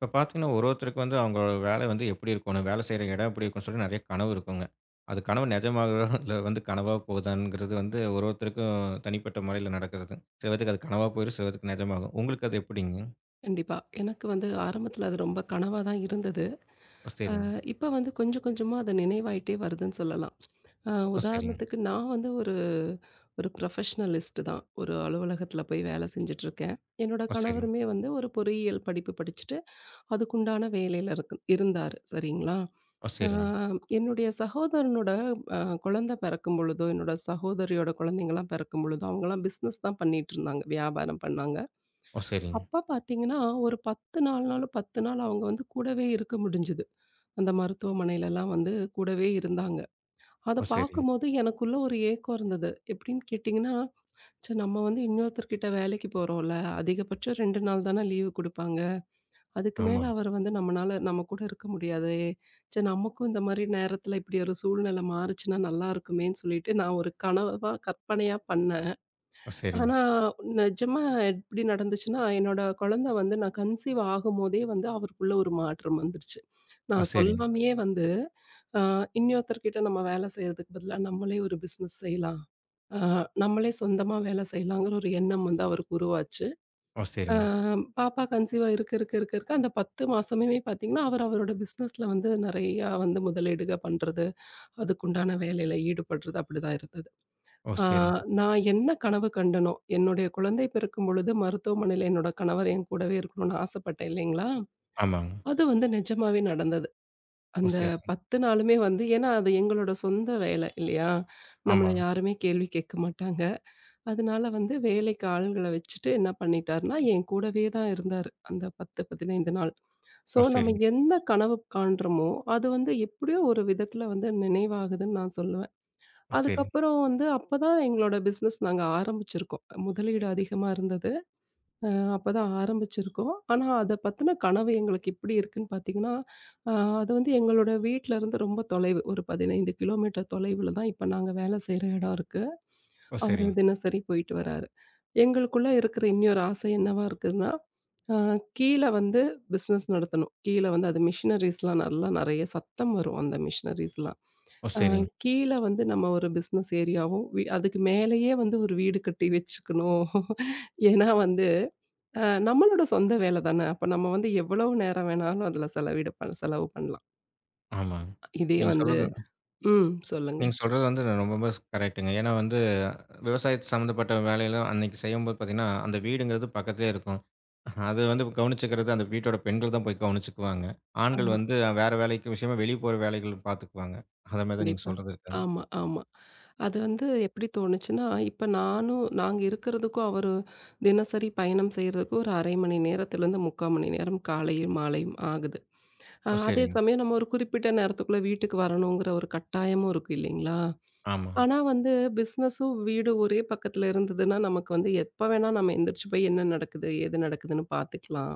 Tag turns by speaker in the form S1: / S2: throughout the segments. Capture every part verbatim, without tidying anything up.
S1: இப்ப பார்த்தீங்கன்னா, ஒரு ஒருத்தருக்கு வந்து அவங்க வேலை வந்து எப்படி இருக்கணும், வேலை செய்ற இடம் எப்படி இருக்கும்ன்னு சொல்லி நெறைய கனவு இருக்குங்க. அது கனவு நிஜமாகவா இல்ல வந்து கனவா போகுதாங்கிறது வந்து ஒரு ஒருத்தருக்கும் தனிப்பட்ட முறையில நடக்கிறது. சில பேத்துக்கு அது கனவா போயிரும், சில பேத்துக்கு நிஜமாகும். உங்களுக்கு அது எப்படிங்க?
S2: கண்டிப்பா. எனக்கு வந்து ஆரம்பத்தில அது ரொம்ப கனவா தான் இருந்தது.
S1: ஓ,
S2: அ
S1: சரிங்க.
S2: இப்ப வந்து கொஞ்சம் கொஞ்சமா அது நினைவாயிட்டே வருதுன்னு சொல்லலாம். அ
S1: ஓ, சரிங்க.
S2: உதாரணத்துக்கு நான் வந்து ஒரு ஒரு ப்ரொஃபஷனலிஸ்ட் தான். ஒரு அலுவலகத்தில போய் வேலை செஞ்சுட்டுருக்கேன். என்னோட
S1: ஓ, சரிங்க.
S2: கணவருமே வந்து ஒரு பொறியியல் படிப்பு படிச்சுட்டு, அதுக்குண்டான வேலையில இருக்கு இருந்தாரு. சரிங்களா?
S1: ஓ,
S2: அ
S1: சரிங்க.
S2: என்னுடைய சகோதரனோட அ குழந்த பிறக்கும் பொழுதோ, என்னோட சகோதரியோட குழந்தைங்கலாம் பிறக்கும் பொழுதோ, அவங்கலாம் பிசினஸ் தான் பண்ணிட்டு இருந்தாங்க. வியாபாரம் பண்ணாங்க.
S1: ஓ, சரிங்க.
S2: அப்பா பார்த்தீங்கன்னா, ஒரு பத்து நாள்னாலும் பத்து நாள் அவங்க வந்து கூடவே இருக்க முடிஞ்சது. அந்த மருத்துவமனையிலலாம் வந்து கூடவே இருந்தாங்க. அத
S1: ஓ, சரிங்க.
S2: பார்க்கும்போது எனக்குள்ள ஒரு ஏக்கம் இருந்தது. எப்படின்னு கேட்டிங்கன்னா, ச்ச நம்ம வந்து இன்னொருத்தர்கிட்ட வேலைக்கு போறோம்ல, அதிகபட்சம் ரெண்டு நாள் தானே லீவு குடுப்பாங்க. அதுக்கு மேல
S1: ஆமாங்க.
S2: அவர் வந்து நம்மனால நம்ம கூட இருக்க முடியாதே! ச்ச நமக்கும் இந்த மாரி நேரத்தில இப்படி ஒரு சூழ்நிலை மாறுச்சுன்னா நல்லாருக்குமேன்னு சொல்லிட்டு நான் ஒரு கனவா கற்பனையா பண்ணேன்.
S1: ஓ, சரிங்க.
S2: ஆனா, நிஜமா எப்படி நடந்துச்சுன்னா, என்னோட குழந்தை வந்து நான் கன்சீவ் ஆகும்போதே வந்து அவருக்குள்ள ஒரு மாற்றம் வந்துருச்சு.
S1: ஓ,
S2: நான்
S1: சரிங்க. ஓ, சரிங்க.
S2: சொல்லாமயே வந்து, அ இன்னொருத்தர்கிட்ட நம்ம வேலை செய்றதுக்கு பதிலா நம்மளே ஒரு பிசினஸ் செய்யலாம். அ நம்மளே சொந்தமா வேலை செய்யலாங்கிற ஒரு எண்ணம் வந்து அவருக்கு உருவாச்சு.
S1: ஓ,
S2: அ பாப்பா கன்சீவா இருக்க, இருக்க, இருக்க, இருக்க அந்த பத்து மாசமுமே பார்த்தீங்கன்னா, அவர் அவரோட பிசினஸ்ல வந்து நெறையா வந்து முதலீடுக பண்றது, அதுக்குண்டான வேலையில ஈடுபடுறது அப்படிதான் இருந்தது. ஆ,
S1: சரிங்க.
S2: நான் என்ன கனவு கண்டனோ, என்னுடைய குழந்தை பிறக்கும்பொழுது மருத்துவமனையில என்னோட கணவர் என் கூடவே இருக்கணும்னு ஆசைப்பட்டேன் இல்லைங்களா?
S1: ஆமாங்க.
S2: அது வந்து நிஜமாவே நடந்தது.
S1: ஓ,
S2: அந்த
S1: சரிங்க.
S2: பத்து நாளுமே வந்து ஏன்னா அது எங்களோட சொந்த வேலை இல்லையா? நம்மள
S1: ஆமாங்க.
S2: யாருமே கேள்வி கேட்க மாட்டாங்க. அதனால வந்து வேலைக்கு ஆள்கள வச்சுட்டு என்ன பண்ணிட்டாருன்னா, என் கூடவே தான் இருந்தாரு. அந்த பத்து, பதினைந்து நாள். ஸோ
S1: ஓ,
S2: நம்ம
S1: சரிங்க.
S2: எந்த கனவு காண்றோமோ, அது வந்து எப்படியோ ஒரு விதத்தில வந்து நினைவாகுதுன்னு நான் சொல்லுவேன்.
S1: ஓ, சரிங்க.
S2: அதுக்கப்புறம் வந்து அப்பதான் எங்களோட பிசினஸ் நாங்க ஆரம்பிச்சிருக்கோம். முதலீடு அதிகமா இருந்தது. அ அப்பதான் ஆரம்பிச்சிருக்கோம். ஆனா அத பத்தின கனவு எங்களுக்கு எப்படி இருக்குன்னு பார்த்தீங்கன்னா, அ அது வந்து எங்களோட வீட்ல இருந்து ரொம்ப தொலைவு. ஒரு பதினைந்து கிலோமீட்டர் தொலைவுல தான் இப்ப நாங்க வேலை செய்ற இடம் இருக்கு.
S1: ஓ,
S2: அவரு
S1: சரிங்க.
S2: தினசரி போயிட்டு வராரு. எங்களுக்குள்ள இருக்கிற இன்னொரு ஆசை என்னவா இருக்குதுன்னா, அ கீழ வந்து பிசினஸ் நடத்தணும். கீழ வந்து அது மிஷினரீஸ்லாம் நல்லா நெறைய சத்தம் வரும் அந்த மிஷினரீஸ்லாம்.
S1: ஓ,
S2: அ
S1: சரிங்க. ஓ, சரிங்க.
S2: கீழ வந்து நம்ம ஒரு பிசினஸ் ஏரியாவும், வி அதுக்கு மேலேயே வந்து ஒரு வீடு கட்டி வச்சுக்கணும். ஏன்னா வந்து அ நம்மளோட சொந்த வேல தானே. அப்ப நம்ம வந்து எவ்வளவு நேரம் வேணாலும் அதுல செலவிடு பண் செலவு பண்ணலாம்.
S1: ஆமாங்க.
S2: இதே
S1: நீங்க
S2: வந்து
S1: சொல்றது
S2: ம். சொல்லுங்க.
S1: நீங்க சொல்றது வந்து ரொம்பவே ஸ் கரெக்ட்டுங்க. ஏன்னா வந்து விவசாயத்து சம்மந்தப்பட்ட வேலையெல்லாம் அன்னைக்கு செய்யும்போது பார்த்தீங்கன்னா, அந்த வீடுங்கிறது பக்கத்திலேயே இருக்கும். அது வந்து கவனிச்சுக்கிறது அந்த வீட்டோட பெண்கள் தான் போய் கவனிச்சுக்குவாங்க. ஆண்கள்
S2: ஆமா.
S1: வந்து வேற வேலைக்கு விஷயமா வெளிய போற வேலைகள் பார்த்துக்குவாங்க. அத மாரி தான் நீங்க
S2: கண்டிப்பா.
S1: சொல்றது இருக்குங்க.
S2: ஆமா, ஆமா. அது வந்து எப்படி தோணுச்சுன்னா, இப்ப நானும் நாங்க இருக்கிறதுக்கும், அவரு தினசரி பயணம் செய்றதுக்கும் ஒரு அரை மணி நேரத்திலருந்து முக்கால் மணி நேரம் காலையும், மாலையும் ஆகுது. அ
S1: ஓ,
S2: அதே
S1: சரிங்க.
S2: சமயம் நம்ம ஒரு குறிப்பிட்ட நேரத்துக்குள்ள வீட்டுக்கு வரணுங்கிற ஒரு கட்டாயமும் இருக்கு இல்லைங்களா?
S1: ஆமா.
S2: ஆனா வந்து பிசினஸும் வீடும் ஒரே பக்கத்துல இருந்ததுன்னா, நமக்கு வந்து எப்ப வேணா நம்ம எந்திரிச்சு போய் என்ன நடக்குது? ஏது நடக்குதுன்னு பார்த்துக்கலாம்.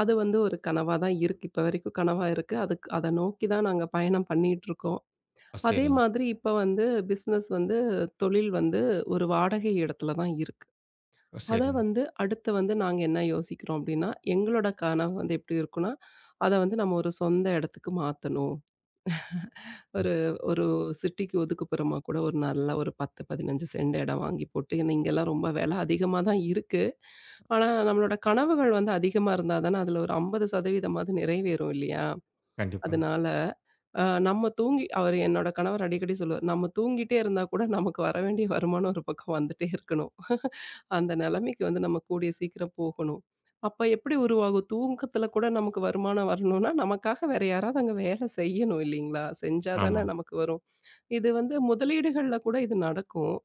S2: அது வந்து ஒரு கனவா தான் இருக்கு. இப்ப வரைக்கும் கனவா இருக்கு. அதுக்கு அத நோக்கி தான் நாங்க பயணம் பண்ணிட்டுருக்கோம்.
S1: ஓ,
S2: அதே
S1: சரிங்க.
S2: மாதிரி இப்ப வந்து பிசினஸ் வந்து தொழில் வந்து ஒரு வாடகை இடத்துல தான் இருக்கு.
S1: ஓ,
S2: அத
S1: சரிங்க.
S2: வந்து அடுத்து வந்து நாங்க என்ன யோசிக்கிறோம் அப்டின்னா, எங்களோட கனவு வந்து எப்டி இருக்குன்னா, அத வந்து நம்ம ஒரு சொந்த இடத்துக்கு மாத்தணும்.
S1: ம்.
S2: ஒரு ஒரு சிட்டிக்கு ஒதுக்குப்புறமா கூட ஒரு நல்ல ஒரு பத்து, பதினைஞ்சு சென்ட் இடம் வாங்கி போட்டு, இங்கலாம் ரொம்ப விலை அதிகமா தான் இருக்கு. ஆனா, நம்மளோட கனவுகள் வந்து அதிகமா இருந்தா தானே, அதில ஒரு ஐம்பது சதவீதம் மாவது நிறைவேறும் இல்லையா?
S1: கண்டிப்பாங்க.
S2: அதனால அ நம்ம தூங்கி அவரு என்னோட கணவர் அடிக்கடி சொல்லுவாரு, "நம்ம தூங்கிட்டே இருந்தா கூட நமக்கு வர வேண்டிய வருமானம் ஒரு பக்கம் வந்துட்டே இருக்கணும். அந்த நிலைமைக்கு வந்து நம்ம கூடிய சீக்கிரம் போகணும்." அப்ப எப்படி உருவாகும்? தூக்கத்துல கூட நமக்கு வருமானம் வரணும்னா, நமக்காக வேற யாராவது அங்க வேலை செய்யணும் இல்லைங்களா? செஞ்சா தானே
S1: ஆமா.
S2: நமக்கு வரும். இது வந்து முதலீடுகள்ல கூட இது நடக்கும்.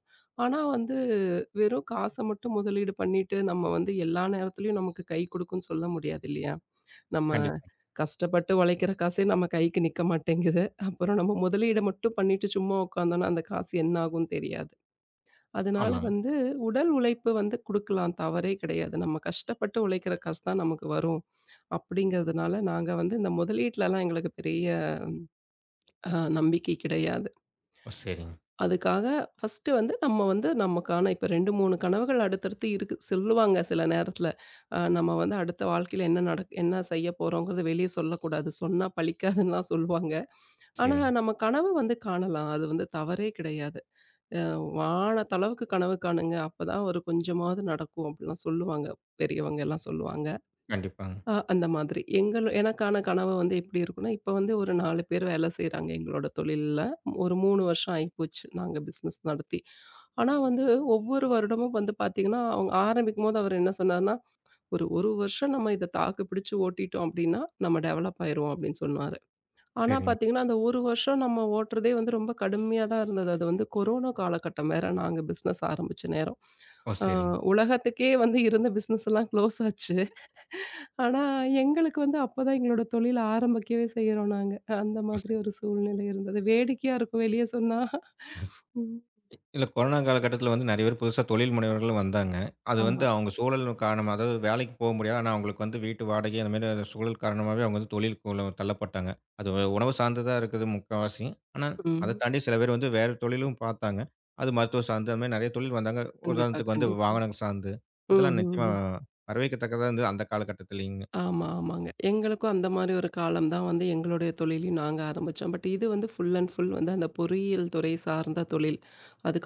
S2: ஆனா வந்து வெறும் காச மட்டும் முதலீடு பண்ணிட்டு, நம்ம வந்து எல்லா நேரத்துலயும் நமக்கு கை குடுக்கும்ன்னு சொல்ல முடியாது இல்லையா? நம்ம
S1: கண்டிப்பா.
S2: கஷ்டப்பட்டு உழைக்கிற காசே நம்ம கைக்கு நிக்க மாட்டேங்குது. அப்புறம் நம்ம முதலீட மட்டும் பண்ணிட்டு சும்மா உட்காந்தோம்னா, அந்த காசு என்ன ஆகும்னு தெரியாது. அதனால
S1: ஆமாங்க.
S2: வந்து உடல் உழைப்பு வந்து குடுக்கலாம். தவறே கிடையாது. நம்ம கஷ்டப்பட்டு உழைக்கிற காசு தான் நமக்கு வரும். அப்படிங்கிறதுனால நாங்க வந்து இந்த முதலீட்லலாம் எங்களுக்கு பெரிய அ நம்பிக்கை கிடையாது.
S1: ஓ, சரிங்க.
S2: அதுக்காக ஃபர்ஸ்ட்டு வந்து நம்ம வந்து நமக்கான இப்ப ரெண்டு, மூணு கனவுகள் அடுத்தடுத்து இருக்கு சொல்லுவாங்க சில நேரத்தில. அ நம்ம வந்து அடுத்த வாழ்க்கையில என்ன நடக் என்ன செய்ய போறோங்கிறத வெளிய சொல்லக்கூடாது. சொன்னா பலிக்காதுன்னுலாம் சொல்லுவாங்க. ஆனா,
S1: சரிங்க.
S2: நம்ம கனவு வந்து காணலாம். அது வந்து தவறே கிடையாது. அ வான தளவுக்கு கனவு காணுங்க. அப்பதான் ஒரு கொஞ்சமாவது நடக்கும் அப்படிலாம் சொல்லுவாங்க. பெரியவங்க எல்லாம் சொல்லுவாங்க.
S1: கண்டிப்பாங்க.
S2: அ அந்த மாதிரி. எங்கள் எனக்கான கனவு வந்து எப்படி இருக்கும்னா, இப்ப வந்து ஒரு நாலு பேர் வேலை செய்றாங்க எங்களோட தொழில்ல. ஒரு மூணு வருஷம் ஆயிப்போச்சு நாங்க பிசினஸ் நடத்தி. ஆனா வந்து ஒவ்வொரு வருடமும் வந்து பார்த்தீங்கன்னா, அவங்க ஆரம்பிக்கும்போது அவர் என்ன சொன்னாருன்னா, "ஒரு 1 வருஷம் நம்ம இத தாக்கு பிடிச்சு ஓட்டிட்டோம் அப்படின்னா, நம்ம டெவலப் ஆயிருவோம்." அப்படின்னு சொன்னாரு. ஆனா
S1: சரிங்க.
S2: பார்த்தீங்கன்னா, அந்த ஒரு வருஷம் நம்ம ஓட்டுறதே வந்து ரொம்ப கடுமையா தான் இருந்தது. அது வந்து கொரோனா காலகட்டம் வேற நாங்க பிசினஸ் ஆரம்பிச்ச நேரம்.
S1: ஓ,
S2: அ
S1: சரிங்க.
S2: உலகத்துக்கே வந்து இருந்த பிசினஸ் எல்லாம் க்ளோஸ் ஆச்சு. ஆனா, எங்களுக்கு வந்து அப்பதான் எங்களோட தொழில் ஆரம்பிக்கவே செய்றோம் நாங்க. அந்த
S1: ஓ,
S2: மாதிரி
S1: சரிங்க.
S2: ஒரு சூழ்நிலை இருந்தது. வேடிக்கையா இருக்கும் வெளிய சொன்னா. ம்.
S1: இல்ல கொரோனா காலகட்டத்தில வந்து நெறைய பேர் புதுசா தொழில் முனைவர்களும் வந்தாங்க. அது வந்து
S2: ஆமா.
S1: அவங்க சூழல் காரணமா, அதாவது வேலைக்கு போ முடியாது. ஆனா அவங்களுக்கு வந்து வீட்டு வாடகை அந்த மாரி சூழல் காரணமாவே அவங்க வந்து தொழிலுக்குள்ள தள்ளப்பட்டாங்க. அது உ- உணவு சார்ந்ததா இருக்குது முக்காவாசி. ஆனா அத
S2: ம்.
S1: தாண்டி சில பேர் வந்து வேற தொழிலும் பார்த்தாங்க. அது மருத்துவம் சார்ந்து அந்த மாரி நெறைய தொழில் வந்தாங்க.
S2: கண்டிப்பா,
S1: உதாரணத்துக்கு வந்து
S2: கண்டிப்பா.
S1: வாகனம் சார்ந்து.
S2: ம், ம்,
S1: அதெல்லாம் நிச்சயமா
S2: ம்.
S1: வரவேற்கத்தக்கதா இருந்தது அந்த காலகட்டத்திலங்க.
S2: ஆமா, ஆமாங்க. எங்களுக்கும் அந்த மாரி ஒரு காலம் தான் வந்து எங்களுடைய தொழிலையும் நாங்க ஆரம்பிச்சோம். பட் இது வந்து ஃபுல் அண்ட் ஃபுல் வந்து அந்த பொறியியல் துறை சார்ந்த தொழில்.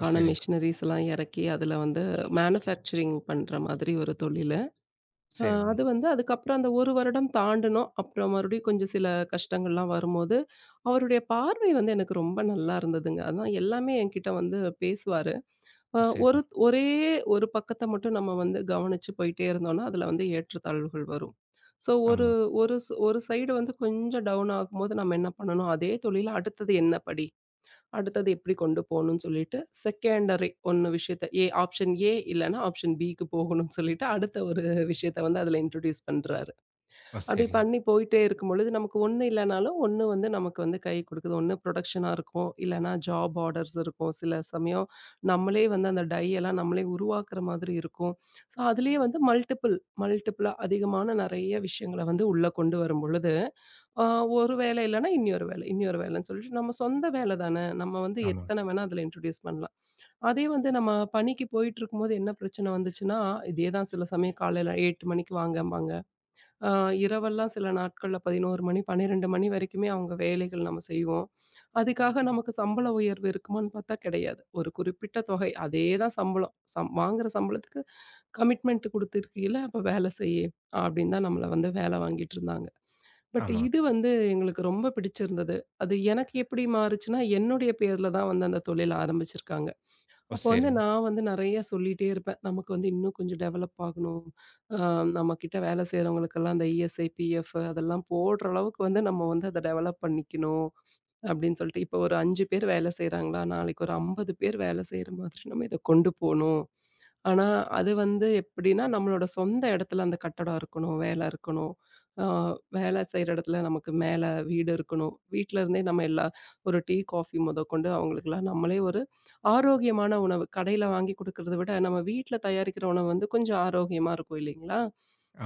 S1: ஓ, சரிங்க.
S2: மெஷினரீஸ்லாம் இறக்கி, அதில வந்து மேனுஃபேக்சரிங் பண்ற மாதிரி ஒரு தொழில். அ
S1: சரிங்க.
S2: அது வந்து அதுக்கப்புறம் அந்த ஒரு வருடம் தாண்டுனோம். அப்புறம் மறுபடியும் கொஞ்சம் சில கஷ்டங்கள்லாம் வரும்போது, அவருடைய பார்வை வந்து எனக்கு ரொம்ப நல்லா இருந்ததுங்க. அதான் எல்லாமே என்கிட்ட வந்து பேசுவாரு. அ
S1: ஓ,
S2: ஒரு
S1: சரிங்க.
S2: ஒரே ஒரு பக்கத்த மட்டும் நம்ம வந்து கவனிச்சு போயிட்டே இருந்தோம்னா, அதுல வந்து ஏற்றத்தாழ்வுகள் வரும். ஸோ ஒரு
S1: ஆமா.
S2: ஒரு ஸ் ஒரு சைடு வந்து கொஞ்சம் டவுன் ஆகும்போது நம்ம என்ன பண்ணணும்? அதே தொழில்ல அடுத்தது என்ன படி? அடுத்தது எப்படி கொண்டு போணும்னு சொல்லிட்டு, செகண்டரி ஒண்ணு விஷயத்த ஏ ஆப்ஷன் ஏ இல்லன்னா ஆப்ஷன் பிக்கு போகணும்னு சொல்லிட்டு, அடுத்த ஒரு விஷயத்த வந்து அதுல இன்ட்ரோடியூஸ் பண்றாரு.
S1: ஓ,
S2: அப்படி
S1: சரிங்க.
S2: பண்ணி போயிட்டே இருக்கும்பொழுது, நமக்கு ஒண்ணு இல்லனாலும், ஒண்ணு வந்து நமக்கு வந்து கை குடுக்குது. ஒண்ணு புரொடக்ஷனா இருக்கும். இல்லன்னா ஜாப் ஆர்டர்ஸ் இருக்கும். சில சமயம் நம்மளே வந்து அந்த டை எல்லாம் நம்மளே உருவாக்குற மாதிரி இருக்கும். ஸோ, அதுலயே வந்து மல்டிபிள் மல்டிபிளா அதிகமான நெறைய விஷயங்கள வந்து உள்ள கொண்டு வரும்பொழுது ஆ ஒரு வேலை இல்லன்னா, இன்னொரு வேலை, இன்னொரு வேலைன்னு சொல்லிட்டு நம்ம சொந்த வேலை தான. நம்ம வந்து
S1: ஆமா.
S2: எத்தன வேணா அதில இன்ட்ரோடியூஸ் பண்ணலாம். அதே வந்து நம்ம பணிக்கு போயிட்டுருக்கும்போது என்ன பிரச்சனை வந்துச்சுன்னா, இதே தான் சில சமயம் காலையில எட்டு மணிக்கு வாங்கம்பாங்க. ஆ இரவெல்லாம் சில நாட்கள்ல பதினொன்னு மணி, பன்னிரண்டு மணி வரைக்குமே அவங்க வேலைகள் நம்ம செய்வோம். அதுக்காக நமக்கு சம்பள உயர்வு இருக்குமான்னு பார்த்தா கிடையாது. ஒரு குறிப்பிட்ட தொகை, அதே தான் சம்பளம். சம் வாங்குற சம்பளத்துக்கு கமிட்மெண்ட் குடுத்துருக்கீல, அப்ப வேலை செய்யி, அப்படின்னு தான் நம்மள வந்து வேலை வாங்கிட்டுருந்தாங்க. பட்
S1: ஆமா.
S2: இது வந்து எங்களுக்கு ரொம்ப பிடிச்சிருந்தது. அது எனக்கு எப்படி மாறுச்சுன்னா, என்னுடைய பேர்ல தான் வந்து அந்த தொழில் ஆரம்பிச்சிருக்காங்க.
S1: ஓ,
S2: அப்போ வந்து
S1: சரிங்க.
S2: நான் வந்து நெறைய சொல்லிட்டே இருப்பேன். நமக்கு வந்து இன்னும் கொஞ்சம் டெவலப் ஆகணும். அ நம்மகிட்ட வேலை செய்றவங்களுக்கெல்லாம் அந்த இஎஸ்ஐ, பிஎஃப் அதெல்லாம் போடுற அளவுக்கு வந்து நம்ம வந்து அத டெவலப் பண்ணிக்கணும் அப்படின்னு சொல்லிட்டு, இப்போ ஒரு அஞ்சு பேர் வேலை செய்றாங்களா, நாளைக்கு ஒரு ஐம்பது பேர் வேலை செய்ற மாதிரி நம்ம இத கொண்டு போணும். ஆனா, அது வந்து எப்படின்னா, நம்மளோட சொந்த இடத்துல அந்த கட்டடம் இருக்கணும், வேலை இருக்கணும். ஆ வேலை செய்ற இடத்துல நமக்கு மேல வீடு இருக்கணும். வீட்ல இருந்தே நம்ம எல்லா ஒரு டீ, காஃபி முதற்கொண்டு அவங்களுக்கெல்லாம் நம்மளே ஒரு ஆரோக்கியமான உணவு கடையில வாங்கி குடுக்கறத விட, நம்ம வீட்ல தயாரிக்கிற உணவு வந்து கொஞ்சம் ஆரோக்கியமா இருக்கும் இல்லைங்களா?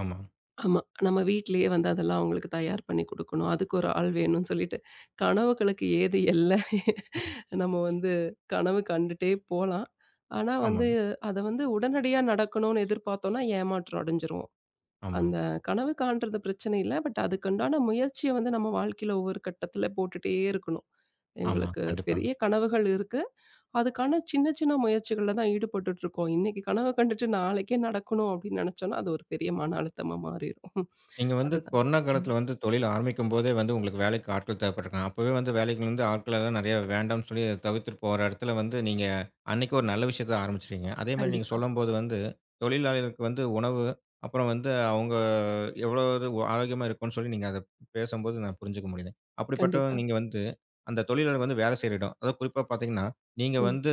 S1: ஆமா.
S2: ஆமா. நம்ம வீட்லயே வந்து அதெல்லாம் அவங்களுக்கு தயார் பண்ணி குடுக்கணும். அதுக்கு ஒரு ஆள் வேணும்னு சொல்லிட்டு, கனவுகளுக்கு ஏது எல்ல. நம்ம வந்து கனவு கண்டுட்டே போலாம். ஆனா வந்து,
S1: ஆமாங்க.
S2: அத வந்து உடனடியா நடக்கணும்னு எதிர்பார்த்தோம்னா, ஏமாற்றம் அடைஞ்சிருவோம்.
S1: ஆமா.
S2: அந்த கனவு காண்றது பிரச்சனை இல்ல. பட் அதுக்குண்டான முயற்சிய வந்து நம்ம வாழ்க்கையில ஒவ்வொரு கட்டத்துல போட்டுட்டே இருக்கணும்.
S1: ஆமா.
S2: எங்களுக்கு
S1: கண்டிப்பா.
S2: பெரிய கனவுகள் இருக்கு. அதுக்கான சின்ன சின்ன முயற்சிகள்ல தான் ஈடுபட்டுட்டு இருக்கோம். இன்னைக்கு கனவு கண்டுட்டு நாளைக்கே நடக்கணும் அப்படின்னு நெனச்சோம்னா, அது ஒரு பெரிய மன அழுத்தமா மாறிரும்.
S1: நீங்க வந்து
S2: அதுதான்.
S1: கொரோனா
S2: ம்.
S1: காலத்தில வந்து தொழில் ஆரம்பிக்கும்போதே வந்து உங்களுக்கு வேலைக்கு ஆட்கள் தேவைப்பட்டுருக்காங்க. அப்பவே வந்து வேலைக்கு வந்து ஆட்கள் எல்லாம் நெறைய வேண்டாம்னு சொல்லி தவிர்த்துட்டு போற இடத்துல வந்து நீங்க அன்னைக்கு ஒரு நல்ல விஷயத்த ஆரம்பிச்சுட்டீங்க. அதேமாரி நீங்க
S2: கண்டிப்பா,
S1: சொல்லும்போது வந்து தொழிலாளிகளுக்கு வந்து உணவு, அப்புறம் வந்து அவங்க எவ்வளோ ஒரு ஆரோக்கியமா இருக்கும்னு சொல்லி நீங்க அத பேசும்போது நான் புரிஞ்சுக்க முடியுது. அப்படிப்பட்ட
S2: கண்டிப்பா.
S1: நீங்க வந்து அந்த தொழிலாளர் வந்து வேலை செய்ற இடம், அதுவும் குறிப்பா பார்த்தீங்கன்னா, நீங்க
S2: ம்,
S1: வந்து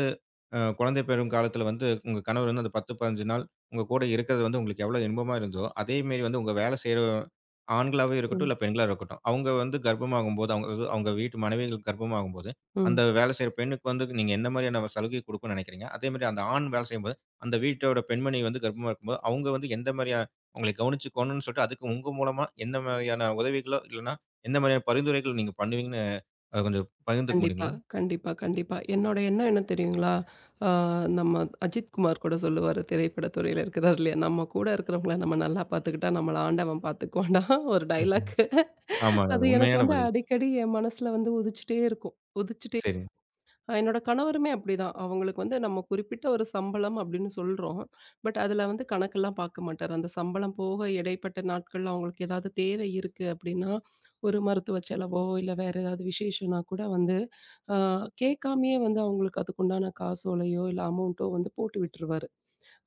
S1: அ குழந்தை பெறும் காலத்தில வந்து உங்க கணவர் வந்து அந்த பத்து, பதினைந்து நாள் உங்க கூட இருக்கிறது வந்து உங்களுக்கு எவ்வளோ இன்பமா இருந்ததோ, அதே மாரி வந்து உங்க வேலை செய்ற ஆண்களாவே இருக்கட்டும்,
S2: ம்,
S1: இல்ல பெண்களா இருக்கட்டும், அவங்க வந்து கர்ப்பமாகும்போது, அவங்க அது அவங்க வீட்டு மனைவிகள் கர்ப்பமாகும்போது,
S2: ம்.
S1: அந்த வேலை செய்ற பெண்ணுக்கு வந்து நீங்க என்ன மாரியான சலுகை குடுக்கணும்னு நினைக்கிறீங்க? அதே மாரி அந்த ஆண் வேலை செய்யும்போது, அந்த வீட்டோட பெண்மணி வந்து கர்ப்பமா இருக்கும்போது, அவங்க வந்து எந்த மாரியா உங்களை கவனிச்சுக்கோணும்னு சொல்லிட்டு, அதுக்கு உங்க மூலமா எந்த மாதிரியான உதவிகளோ, இல்லன்னா எந்த மாதிரியான பரிந்துரைகள் நீங்க பண்ணுவீங்கன்னு அத கொஞ்சம் பகிர்ந்துக்க
S2: கண்டிப்பா,
S1: முடியுங்களா?
S2: கண்டிப்பா, கண்டிப்பா. என்னோட எண்ணம் என்ன தெரியுங்களா? ஆ நம்ம அஜித் குமார் கூட சொல்லுவாரு, திரைப்பட துறையில இருக்கிறார் இல்லையா? "நம்ம கூட இருக்கிறவங்கள நம்ம நல்லா பார்த்துக்கிட்டா, நம்மள ஆண்டவன் பார்த்துக்குவான்டா" ஒரு
S1: ம்ஹ்ம்.
S2: டயலாக்.
S1: ஆமாங்க.
S2: அது
S1: அது
S2: எனக்கு
S1: உண்மையான
S2: வந்து
S1: பதில்.
S2: அடிக்கடி என் மனசுல வந்து உதிச்சுட்டே இருக்கும். உதிச்சுட்டே
S1: சரிங்க.
S2: அ என்னோட கணவருமே அப்படிதான். அவங்களுக்கு வந்து நம்ம குறிப்பிட்ட ஒரு சம்பளம் அப்படின்னு சொல்றோம். பட் அதுல வந்து கணக்கெல்லாம் பார்க்க மாட்டாரு. அந்த சம்பளம் போக இடைப்பட்ட நாட்கள்ல அவங்களுக்கு ஏதாவது தேவை இருக்கு அப்படின்னா, ஒரு மருத்துவ செலவோ, இல்ல வேற ஏதாவது விசேஷம்னா கூட வந்து அ கேட்காமயே வந்து அவங்களுக்கு அதுக்குண்டான காசோலையோ, இல்ல அமௌண்ட்டோ வந்து போட்டு விட்டுருவாரு.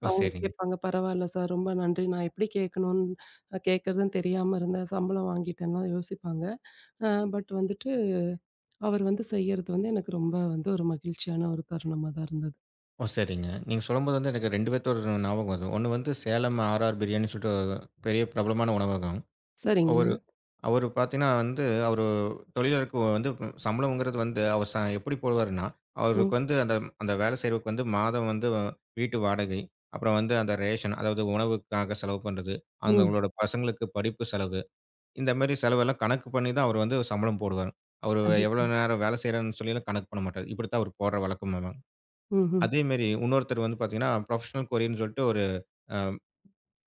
S1: ஓ,
S2: அவங்க
S1: சரிங்க.
S2: கேட்பாங்க, "பரவாயில்ல சார், ரொம்ப நன்றி. நான் எப்படி கேட்கணும்னு கேட்கறதுன்னு தெரியாம இருந்தேன். சம்பளம் வாங்கிட்டேன்லாம்" யோசிப்பாங்க. அ பட் வந்துட்டு அவர் வந்து செய்யறது வந்து எனக்கு ரொம்ப வந்து ஒரு மகிழ்ச்சியான ஒரு தருணமா தான் இருந்தது.
S1: ஓ, சரிங்க. நீங்க சொல்லும்போது வந்து எனக்கு ரெண்டு பேத்தோட ஞாபகம் வருது. ஒண்ணு வந்து சேலம் ஆர்.ஆர் பிரியாணின்னு சொல்லிட்டு பெரிய பிரபலமான உணவகம்.
S2: சரிங்க.
S1: அவரு அவரு பார்த்தீங்கன்னா வந்து, அவரு தொழிலாளருக்கு வந்து சம்பளம்ங்கிறது வந்து அவர் ச எப்படி போடுவாருன்னா,
S2: ம்,
S1: அவருக்கு வந்து அந்த அந்த வேலை செய்றவருக்கு வந்து மாதம் வந்து வீட்டு வாடகை, அப்புறம் வந்து அந்த ரேஷன், அதாவது உணவுக்காக செலவு பண்றது,
S2: ம்.
S1: அவங்களோட பசங்களுக்கு படிப்பு செலவு, இந்த மாரி செலவெல்லாம் கணக்கு பண்ணி தான் அவர் வந்து சம்பளம் போடுவாரு. அவரு எவ்வளோ
S2: கண்டிப்பா.
S1: நேரம் வேலை செய்றாருன்னு சொல்லிலாம் கணக்கு பண்ண மாட்டாரு. இப்படித்தான் அவர் போடுற வழக்கமாவாம்.
S2: ம்ஹ்ம்.
S1: அதே மாரி இன்னொருத்தர் வந்து பார்த்தீங்கன்னா, ப்ரொஃபஷனல் கொரியர்ன்னு சொல்லிட்டு ஒரு அ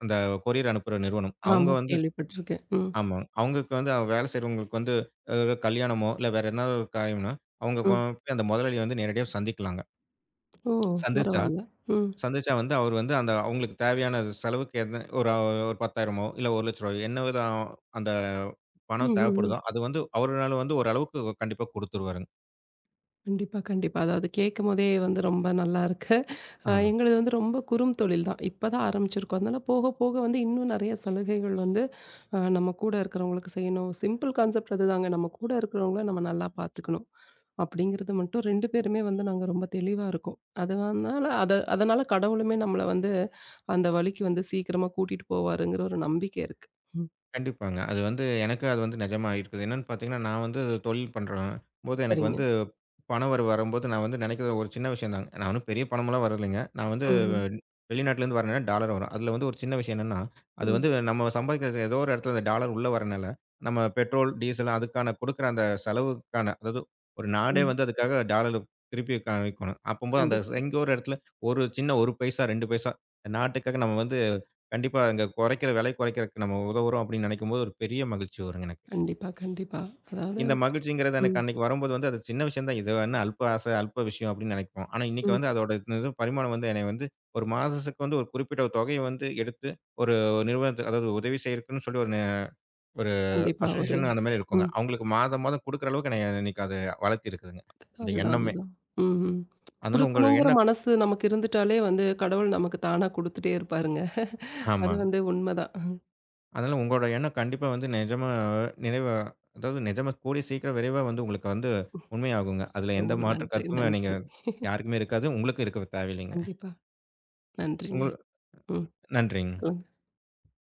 S1: அந்த கொரியர் அனுப்புற நிறுவனம். அவங்க
S2: ஆமா
S1: வந்து
S2: கேள்விப்பட்டுருக்கேன். ம்,
S1: ஆமா. அவங்களுக்கு வந்து அவ வேலை செய்றவங்களுக்கு வந்து அ கல்யாணமோ, இல்ல வேற என்ன ஒரு காரியம்னா, அவங்க கொ
S2: ம்.
S1: போய் அந்த முதலாளிய வந்து நேரடியா சந்திக்கலாங்க.
S2: ஓ!
S1: சந்திச்சா
S2: பரவால்ல. ம்.
S1: சந்திச்சா வந்து அவர் வந்து அந்த அவங்களுக்கு தேவையான செலவுக்கு என்ன ஒரு ஒரு பத்தாயிரம் இல்ல ஒரு லட்சம் ரூபாய் என்ன வித அந்த பணம்
S2: ம்ஹ்ம்.
S1: தேவைப்படுதோ, அது வந்து அவருனால வந்து ஓரளவுக்கு கண்டிப்பா குடுத்துருவாருங்க.
S2: கண்டிப்பா, கண்டிப்பா. அதாவது கேட்கும்போதே வந்து ரொம்ப நல்லா இருக்கு. அ
S1: ஆமா.
S2: எங்களுது வந்து ரொம்ப குறும் தொழில் தான். இப்ப தான் ஆரம்பிச்சிருக்கோம். அதனால போக போக வந்து இன்னும் நெறைய சலுகைகள் வந்து அ நம்ம கூட இருக்கிறவங்களுக்கு செய்யணும். சிம்பிள் கான்செப்ட் அதுதாங்க. நம்ம கூட இருக்கிறவங்கள நம்ம நல்லா பார்த்துக்கணும். அப்படிங்கிறது மட்டும் ரெண்டு பேருமே வந்து நாங்க ரொம்ப தெளிவா இருக்கோம். அதனால அத அதனால கடவுளுமே நம்மள வந்து அந்த வழிக்கு வந்து சீக்கிரமா கூட்டிட்டு போவாருங்கிற ஒரு நம்பிக்கை இருக்கு. ம்.
S1: கண்டிப்பாங்க. அது வந்து எனக்கு அது வந்து நிஜமா இருக்குது. என்னன்னு பார்த்தீங்கன்னா, நான் வந்து தொழில் பண்றேன் போது எனக்கு
S2: சரிங்க.
S1: வந்து பண வரவு வரும்போது நான் வந்து நினைக்கிறது ஒரு சின்ன விஷயம் தாங்க. நான் ஒண்ணும் பெரிய பணமெல்லாம் வரலைங்க. நான் வந்து
S2: ம். ம்.
S1: வெளிநாட்டிலேருந்து வரேன்னா டாலர் வரும். அதில வந்து ஒரு சின்ன விஷயம் என்னன்னா, அது
S2: ம்.
S1: வந்து நம்ம சம்பாதிக்கிற ஏதோ ஒரு இடத்துல அந்த டாலர் உள்ள வரனால, நம்ம பெட்ரோல், டீசல் அதுக்கான குடுக்குற அந்த செலவுக்கான, அதாவது ஒரு நாடே
S2: ம்.
S1: வந்து அதுக்காக டாலர் திருப்பி காணிக்கணும். அப்பம்போது அந்த
S2: கண்டிப்
S1: எங்கேயோ ஒரு இடத்துல ஒரு சின்ன ஒரு பைசா, ரெண்டு பைசா நாட்டுக்காக நம்ம வந்து கண்டிப்பா. அங்க குறைக்கிற விலை குறைக்கிறதுக்கு நம்ம உதவுறோம் அப்படின்னு நினைக்கும்போது, ஒரு பெரிய மகிழ்ச்சி வருங்க எனக்கு.
S2: கண்டிப்பா, கண்டிப்பா. அதாவது
S1: இந்த மகிழ்ச்சிங்கிறது எனக்கு
S2: ம்.
S1: அன்னைக்கு வரும்போது வந்து, அது சின்ன விஷயம் தான். இது என்ன அல்ப ஆசை, அல்ப விஷயம் அப்படின்னு நினைப்போம். ஆனா இன்னைக்கு
S2: ம்.
S1: வந்து அதோட இது பரிமாணம் வந்து என்னைய வந்து ஒரு மாசத்துக்கு வந்து ஒரு குறிப்பிட்ட ஒரு தொகையை வந்து எடுத்து, ஒரு நிறுவனத்துக்கு அதாவது உதவி செய்யறக்குன்னு சொல்லி ஒரு நி- ஒரு
S2: கண்டிப்பா. ஒரு
S1: அசோசியேஷன் அந்த மாரி இருக்குங்க.
S2: ம்.
S1: அவங்களுக்கு மாதம் மாதம் குடுக்குற அளவுக்கு என்னைய இன்னைக்கு அது வளர்த்திருக்குதுங்க. இந்த
S2: அதுதான்,
S1: எண்ணமே.
S2: அதுதான். ம். ம்.
S1: அதனால உங்களோட
S2: குடுக்கணுங்கிற
S1: எண்ணம்
S2: மனசு நமக்கு இருந்துட்டாலே வந்து கடவுள் நமக்கு தானா குடுத்துட்டே இருப்பாருங்க. அது
S1: ஆமாங்க.
S2: வந்து உண்மதான்.
S1: அதனால உங்களோட எண்ணம் கண்டிப்பா வந்து நிஜமா, நிறைவா, அதாவது நிஜமா கூடிய சீக்கிரம் விரைவா வந்து உங்களுக்கு வந்து உண்மையாகுங்க. அதுல எந்த
S2: ரொம்ப
S1: மாற்று
S2: நன்றி,
S1: கருத்துமே நீங்க
S2: நன்றி.
S1: யாருக்குமே இருக்காது. உங்களுக்கும் இருக்க தேவையில்லைங்க.
S2: கண்டிப்பா. நன்றிங்க.
S1: உங்களு
S2: ம்.
S1: நன்றிங்க.
S2: சொல்லுங்க.